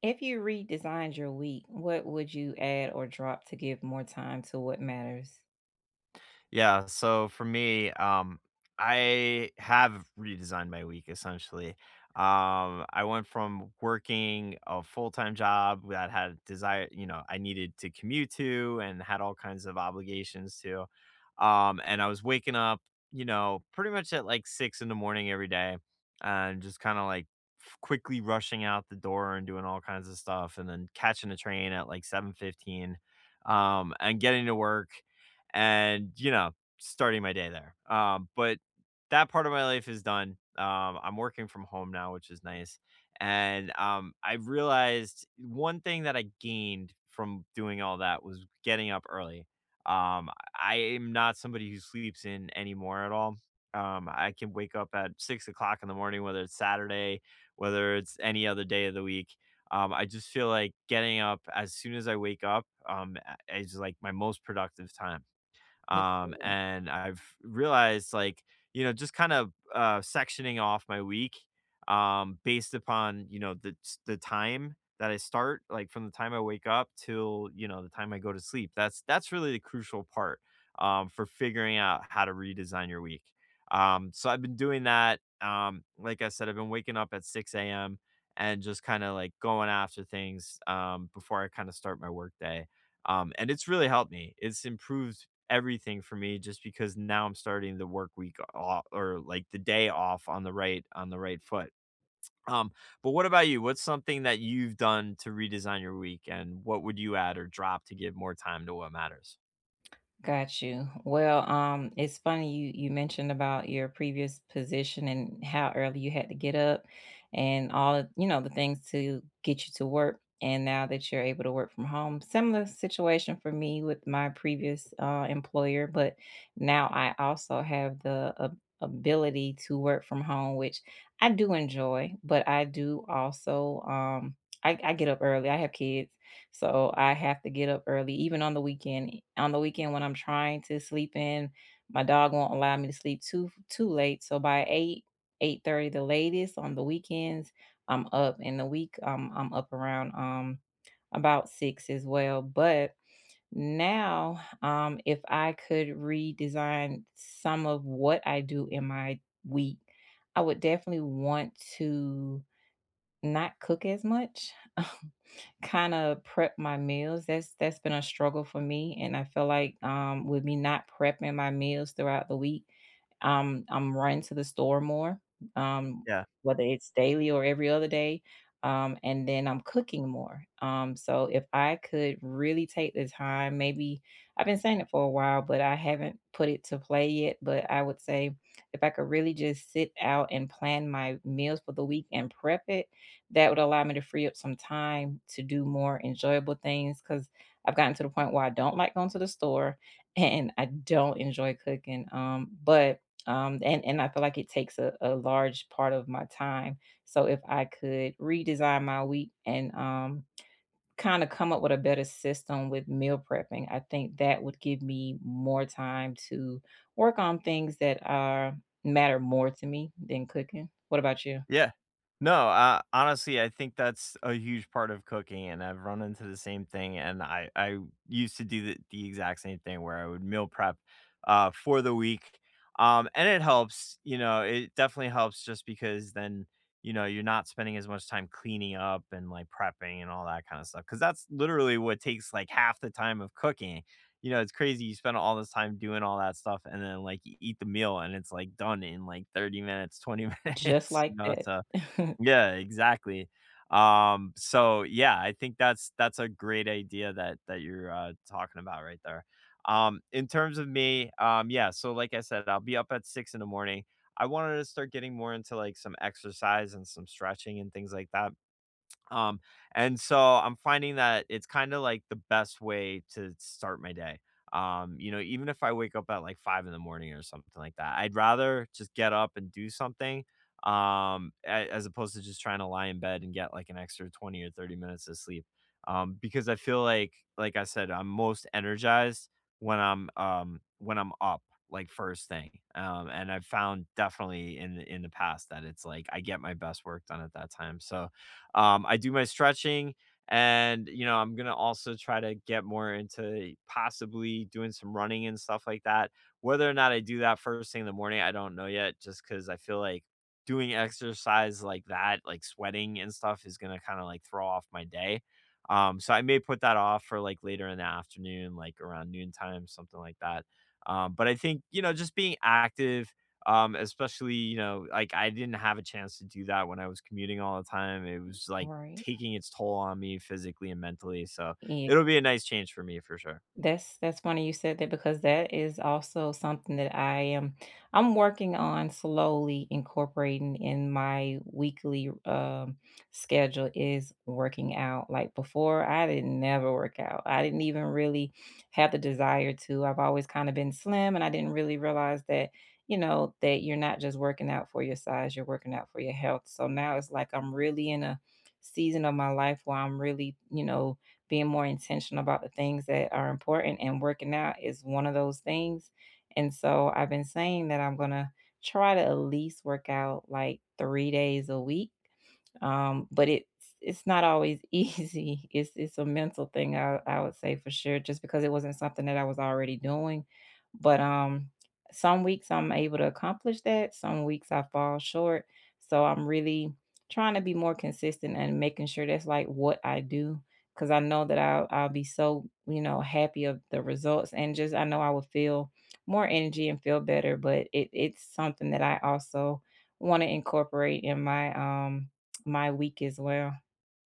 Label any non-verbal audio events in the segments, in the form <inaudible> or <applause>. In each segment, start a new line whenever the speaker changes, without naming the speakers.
If you redesigned your week, what would you add or drop to give more time to what matters?
Yeah, so for me, um, I have redesigned my week essentially. I went from working a full-time job that had desire, I needed to commute to and had all kinds of obligations to. And I was waking up pretty much at like six in the morning every day and just quickly rushing out the door and doing all kinds of stuff and then catching a train at like 7:15 and getting to work and starting my day there. But that part of my life is done. I'm working from home now, which is nice. And I realized one thing that I gained from doing all that was getting up early. Um, I am not somebody who sleeps in anymore at all. I can wake up at 6 o'clock in the morning, whether it's Saturday, whether it's any other day of the week. I just feel like getting up as soon as I wake up is like my most productive time.
That's
Um,
good.
and I've realized, like, you know, just kind of sectioning off my week based upon the time that I start, like from the time I wake up till the time I go to sleep. That's really the crucial part for figuring out how to redesign your week. So I've been doing that. Like I said, I've been waking up at 6 a.m. and just kind of like going after things before I kind of start my work day. And it's really helped me. It's improved everything for me just because now I'm starting the work week off or like the day off on the right foot. Um, but what about you? What's something that you've done to redesign your week and what would you add or drop to give more time to what matters?
Got you. Well, it's funny you mentioned about your previous position and how early you had to get up and all of, you know, the things to get you to work. And now that you're able to work from home, similar situation for me with my previous employer, but now I also have the ability to work from home, which I do enjoy, but I do also I get up early. I have kids, so I have to get up early, even on the weekend. On the weekend when I'm trying to sleep in, my dog won't allow me to sleep too late. So by 8, 8:30 the latest on the weekends, I'm up. In the week, I'm up around about six as well. But now, if I could redesign some of what I do in my week, I would definitely want to not cook as much, <laughs> kinda prep my meals. That's been a struggle for me, and I feel like, with me not prepping my meals throughout the week, I'm running to the store more, um,
Yeah.
whether it's daily or every other day, and then I'm cooking more. So if I could really take the time, maybe I've been saying it for a while, but I haven't put it to play yet, but I would say if I could really just sit out and plan my meals for the week and prep it, that would allow me to free up some time to do more enjoyable things because I've gotten to the point where I don't like going to the store <laughs> and I don't enjoy cooking. But and I feel like it takes a large part of my time. So if I could redesign my week and kind of come up with a better system with meal prepping, I think that would give me more time to work on things that are matter more to me than cooking. What about you?
Yeah. No, honestly, I think that's a huge part of cooking, and I've run into the same thing, and I used to do the exact same thing where I would meal prep for the week, and it helps, you know, it definitely helps just because then you're not spending as much time cleaning up and, like, prepping and all that kinda stuff because that's literally what takes, like, half the time of cooking. You know, it's crazy you spend all this time doing all that stuff and then, like, you eat the meal and it's, like, done in, like, 30 minutes, 20 <laughs>
Just
minutes,
like
you know, so.
that. <laughs>
Yeah, exactly. So, I think that's a great idea that you're talking about right there. In terms of me, so like I said, I'll be up at 6 in the morning. I wanted to start getting more into, like, some exercise and some stretching and things like that. Um, and so I'm finding that it's kinda like the best way to start my day. You know, even if I wake up at like 5 in the morning or something like that, I'd rather just get up and do something, a as opposed to just trying to lie in bed and get like an extra 20 or 30 minutes of sleep. Because I feel like I said, I'm most energized when I'm up, like, first thing. And I've found definitely in the past that it's like I get my best work done at that time. So I do my stretching and you know, I'm gonna also try to get more into possibly doing some running and stuff like that. Whether or not I do that first thing in the morning, I don't know yet, just because I feel like doing exercise like that, like sweating and stuff, is gonna kind of like throw off my day. So I may put that off for like later in the afternoon, like around noontime, something like that. But I think, you know, just being active, especially, you know, like I didn't have a chance to do that when I was commuting all the time. It was
All
like
right.
taking its toll on me physically and mentally. So
Yeah,
it'll be a nice change for me for sure.
that's funny you said that because that is also something that I'm working on slowly incorporating in my weekly schedule is working out. Like before, I didn't never work out. I didn't even really have the desire to. I've always kind of been slim and I didn't really realize that, you know, that you're not just working out for your size, you're working out for your health. So now it's like I'm really in a season of my life where I'm really, you know, being more intentional about the things that are important, and working out is one of those things. And so I've been saying that I'm going to try to at least work out like 3 days a week, but it's not always <laughs> easy. It's a mental thing. I would say for sure, just because it wasn't something that I was already doing. But some weeks I'm able to accomplish that. Some weeks I fall short. So I'm really trying to be more consistent and making sure that's like what I do, because I know that I'll be so, you know, happy of the results, and just I know I will feel more energy and feel better. But it's something that I also want to incorporate in my um my week as well.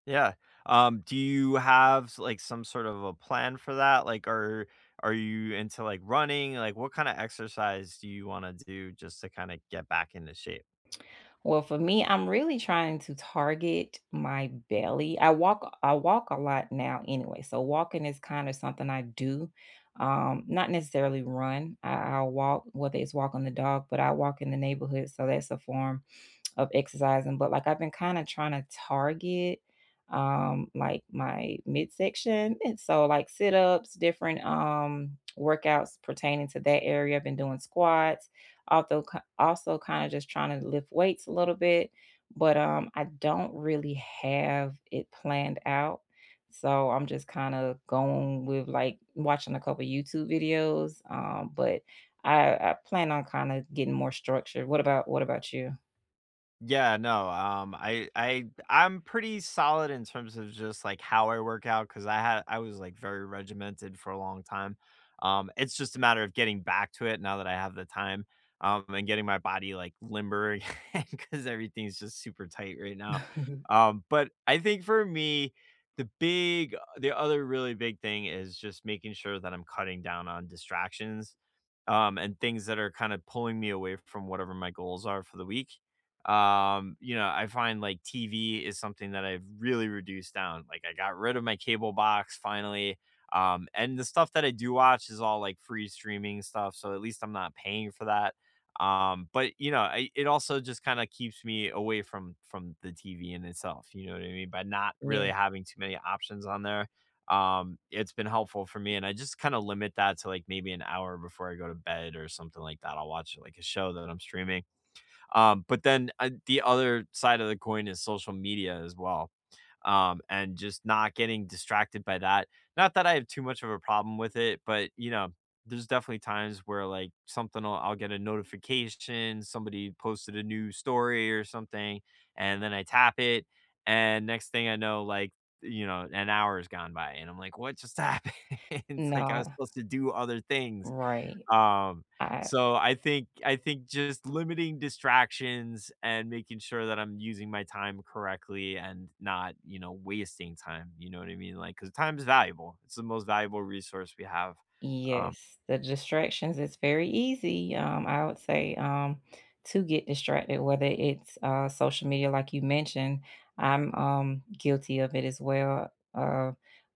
Yeah. Do you have like some sort of a plan for that? Like are you into like running? Like what kind of exercise do you want to do just to kind of get back into shape?
Well, for me, I'm really trying to target my belly. I walk a lot now anyway. So walking is kind of something I do. Not necessarily run. I'll walk, whether it's walking the dog, but I walk in the neighborhood. So that's a form of exercising, but like I've been kind of trying to target like my midsection. And so like sit-ups, different workouts pertaining to that area. I've been doing squats, although also kind of just trying to lift weights a little bit, but I don't really have it planned out. So I'm just kind of going with like watching a couple YouTube videos. But I plan on kind of getting more structured. What about you?
Yeah, no, I I'm pretty solid in terms of just, like, how I work out because I was, like, very regimented for a long time. It's just a matter of getting back to it now that I have the time, and getting my body, like, limber <laughs> because everything's just super tight right now.
<laughs>
But I think for me, the other really big thing is just making sure that I'm cutting down on distractions, and things that are kinda pulling me away from whatever my goals are for the week. You know, I find like TV is something that I've really reduced down. Like I got rid of my cable box finally. And the stuff that I do watch is all like free streaming stuff, so at least I'm not paying for that. But you know, I, it also just kind of keeps me away from the TV in itself. You know what I mean? By not really
Yeah,
having too many options on there, it's been helpful for me. And I just kind of limit that to like maybe an hour before I go to bed or something like that. I'll watch like a show that I'm streaming, but then the other side of the coin is social media as well. And just not getting distracted by that. Not that I have too much of a problem with it, but you know, there's definitely times where like something will, I'll get a notification, somebody posted a new story or something, and then I tap it, and next thing I know, like you know, an hour has gone by, and I'm like, what just happened? <laughs> It's like I was
not
supposed to do other things
right.
um,
I
so I think just limiting distractions and making sure that I'm using my time correctly and not, you know, wasting time, you know what I mean? Like, cause time is valuable. It's the most valuable resource we have. Um
Yes, the distractions, it's very easy, I would say, to get distracted, whether it's, social media like you mentioned. I'm, guilty of it as well.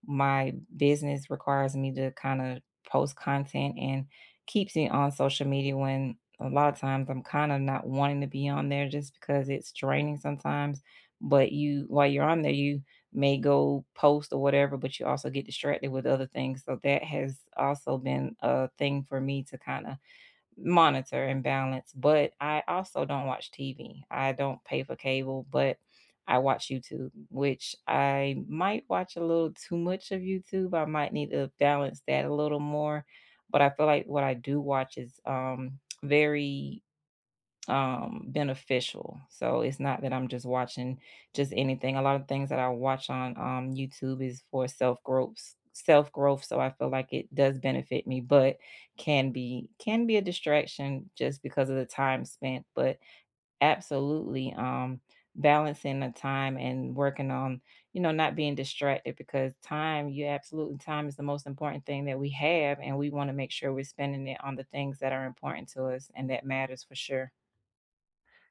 My business requires me to kinda post content and keeps me on social media when a lot of times I'm kinda not wanting to be on there just because it's draining sometimes, but you while you're on there, you may go post or whatever, but you also get distracted with other things. So that has also been a thing for me to kind of monitor and balance. But I also don't watch TV. I don't pay for cable, but I watch YouTube, which I might watch a little too much of YouTube. I might need to balance that a little more. But I feel like what I do watch is very beneficial, so it's not that I'm just watching just anything. A lot of things that I watch on YouTube is for self growth, so I feel like it does benefit me, but can be a distraction just because of the time spent. But absolutely, um, balancing the time and working on, you know, not being distracted, because time you absolutely, time is the most important thing that we have, and we want to make sure we're spending it on the things that are important to us and that matters for sure.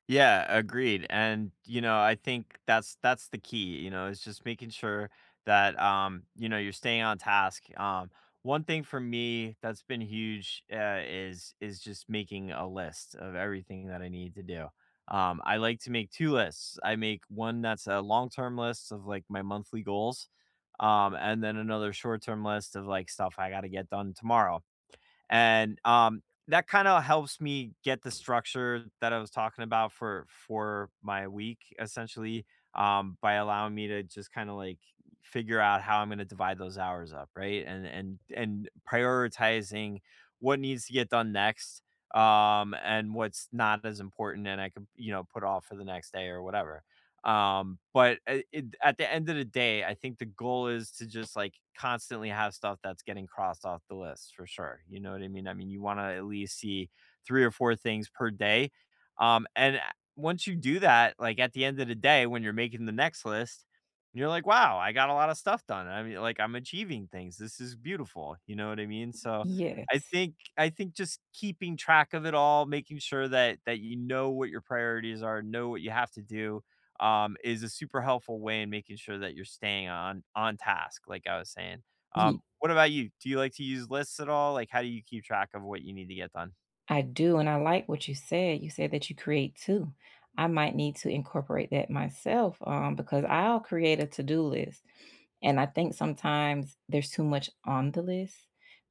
Yeah, agreed. And you know, I think that's the key, you know, is just making sure that you know, you're staying on task. One thing for me that's been huge is just making a list of everything that I need to do. I like to make two lists. I make one that's a long-term list of like my monthly goals, and then another short-term list of like stuff I got to get done tomorrow and that kind of helps me get the structure that I was talking about for my week essentially, by allowing me to just kind of like figure out how I'm going to divide those hours up, right? And prioritizing what needs to get done next and what's not as important and I could, you know, put off for the next day or whatever. But a it at the end of the day, I think the goal is to just, like, constantly have stuff that's getting crossed off the list for sure, you know what I mean? I mean, you wanna at least see 3 or 4 things per day, and a once you do that, like, at the end of the day, when you're making the next list, you're like, "Wow, I got a lot of stuff done." I mean, like, "I'm achieving things. This is beautiful." You know what I mean? So,
Yes.
I think just keeping track of it all, making sure that you know what your priorities are, know what you have to do, is a super helpful way in making sure that you're staying on task, like I was saying.
Ye
What about you? Do you like to use lists at all? Like, how do you keep track of what you need to get done?
I do, and I like what you said. You said that you create too. I might need to incorporate that myself, because I'll create a to-do list, and I think sometimes there's too much on the list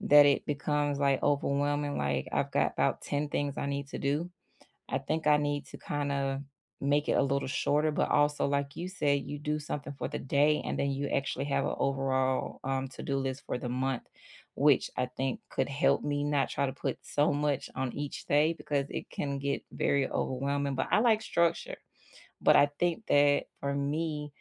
that it becomes, like, overwhelming. Like, I've got about 10 things I need to do. I think I need to kind of make it a little shorter, but also, like you said, you do something for the day and then you actually have an overall to do list for the month, which I think could help me not try to put so much on each day because it can get very overwhelming. But I like structure. But I think that for me,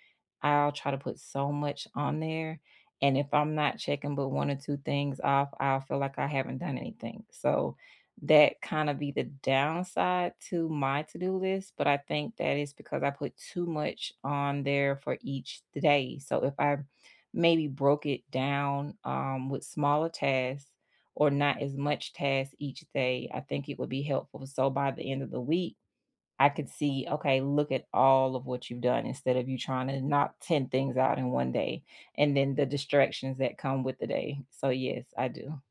I'll try to put so much on there. And if I'm not checking but one or two things off, I'll feel like I haven't done anything. So that kind of be the downside to my to-do list. But I think that is because I put too much on there for each day. So if I maybe broke it down, with smaller tasks or not as much tasks each day, I think it would be helpful. So by the end of the week, I could see, okay, look at all of what you've done, instead of you trying to knock 10 things out in 1 day, and then the distractions that come with the day. So, yes, I do.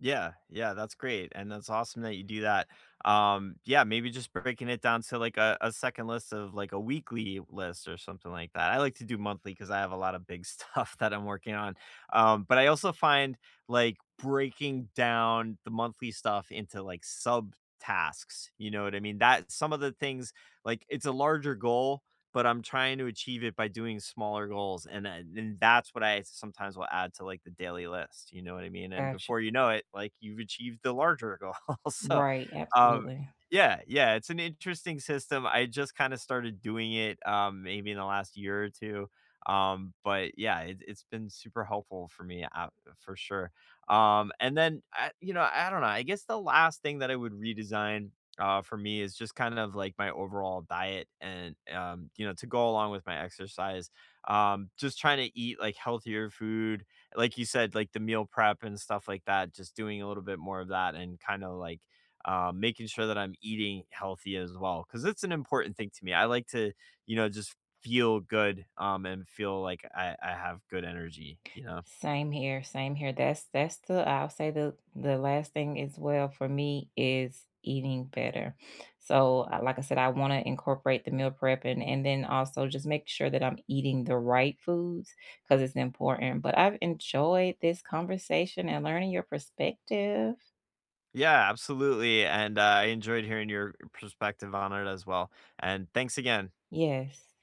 Yeah, yeah, that's great, and that's awesome that you do that. Yeah, maybe just breaking it down to like a second list of like a weekly list or something like that. I like to do monthly because I have a lot of big <laughs> stuff that I'm working on. But I also find like breaking down the monthly stuff into like sub tasks. You know what I mean? That some of the things like it's a larger goal, but I'm trying to achieve it by doing smaller goals, and that's what I sometimes will add to, like, the daily list, you know what I mean? And
Gotcha.
before you know it, like, you've achieved the larger goal. <laughs> So,
Right,
um
absolutely.
yeah, yeah, it's an interesting system. I just kinda started doing it, maybe in the last year or 2, but yeah, it's been super helpful for me, for sure. And then I don't know, I guess the last thing that I would redesign for me is just kind of like my overall diet and you know to go along with my exercise, just trying to eat like healthier food like you said like the meal prep and stuff like that just doing a little bit more of that and kind of like making sure that I'm eating healthy as well because it's an important thing to me I like to you know just feel good, and feel like I have good energy you know.
Same here, same here. That's the I'll say the last thing as well for me is eating better. So, like I said, I want to incorporate the meal prep, and then also just make sure that I'm eating the right foods because it's important. But I've enjoyed this conversation and learning your perspective.
Yeah absolutely and i enjoyed hearing your perspective on it as well and thanks again.
Yes.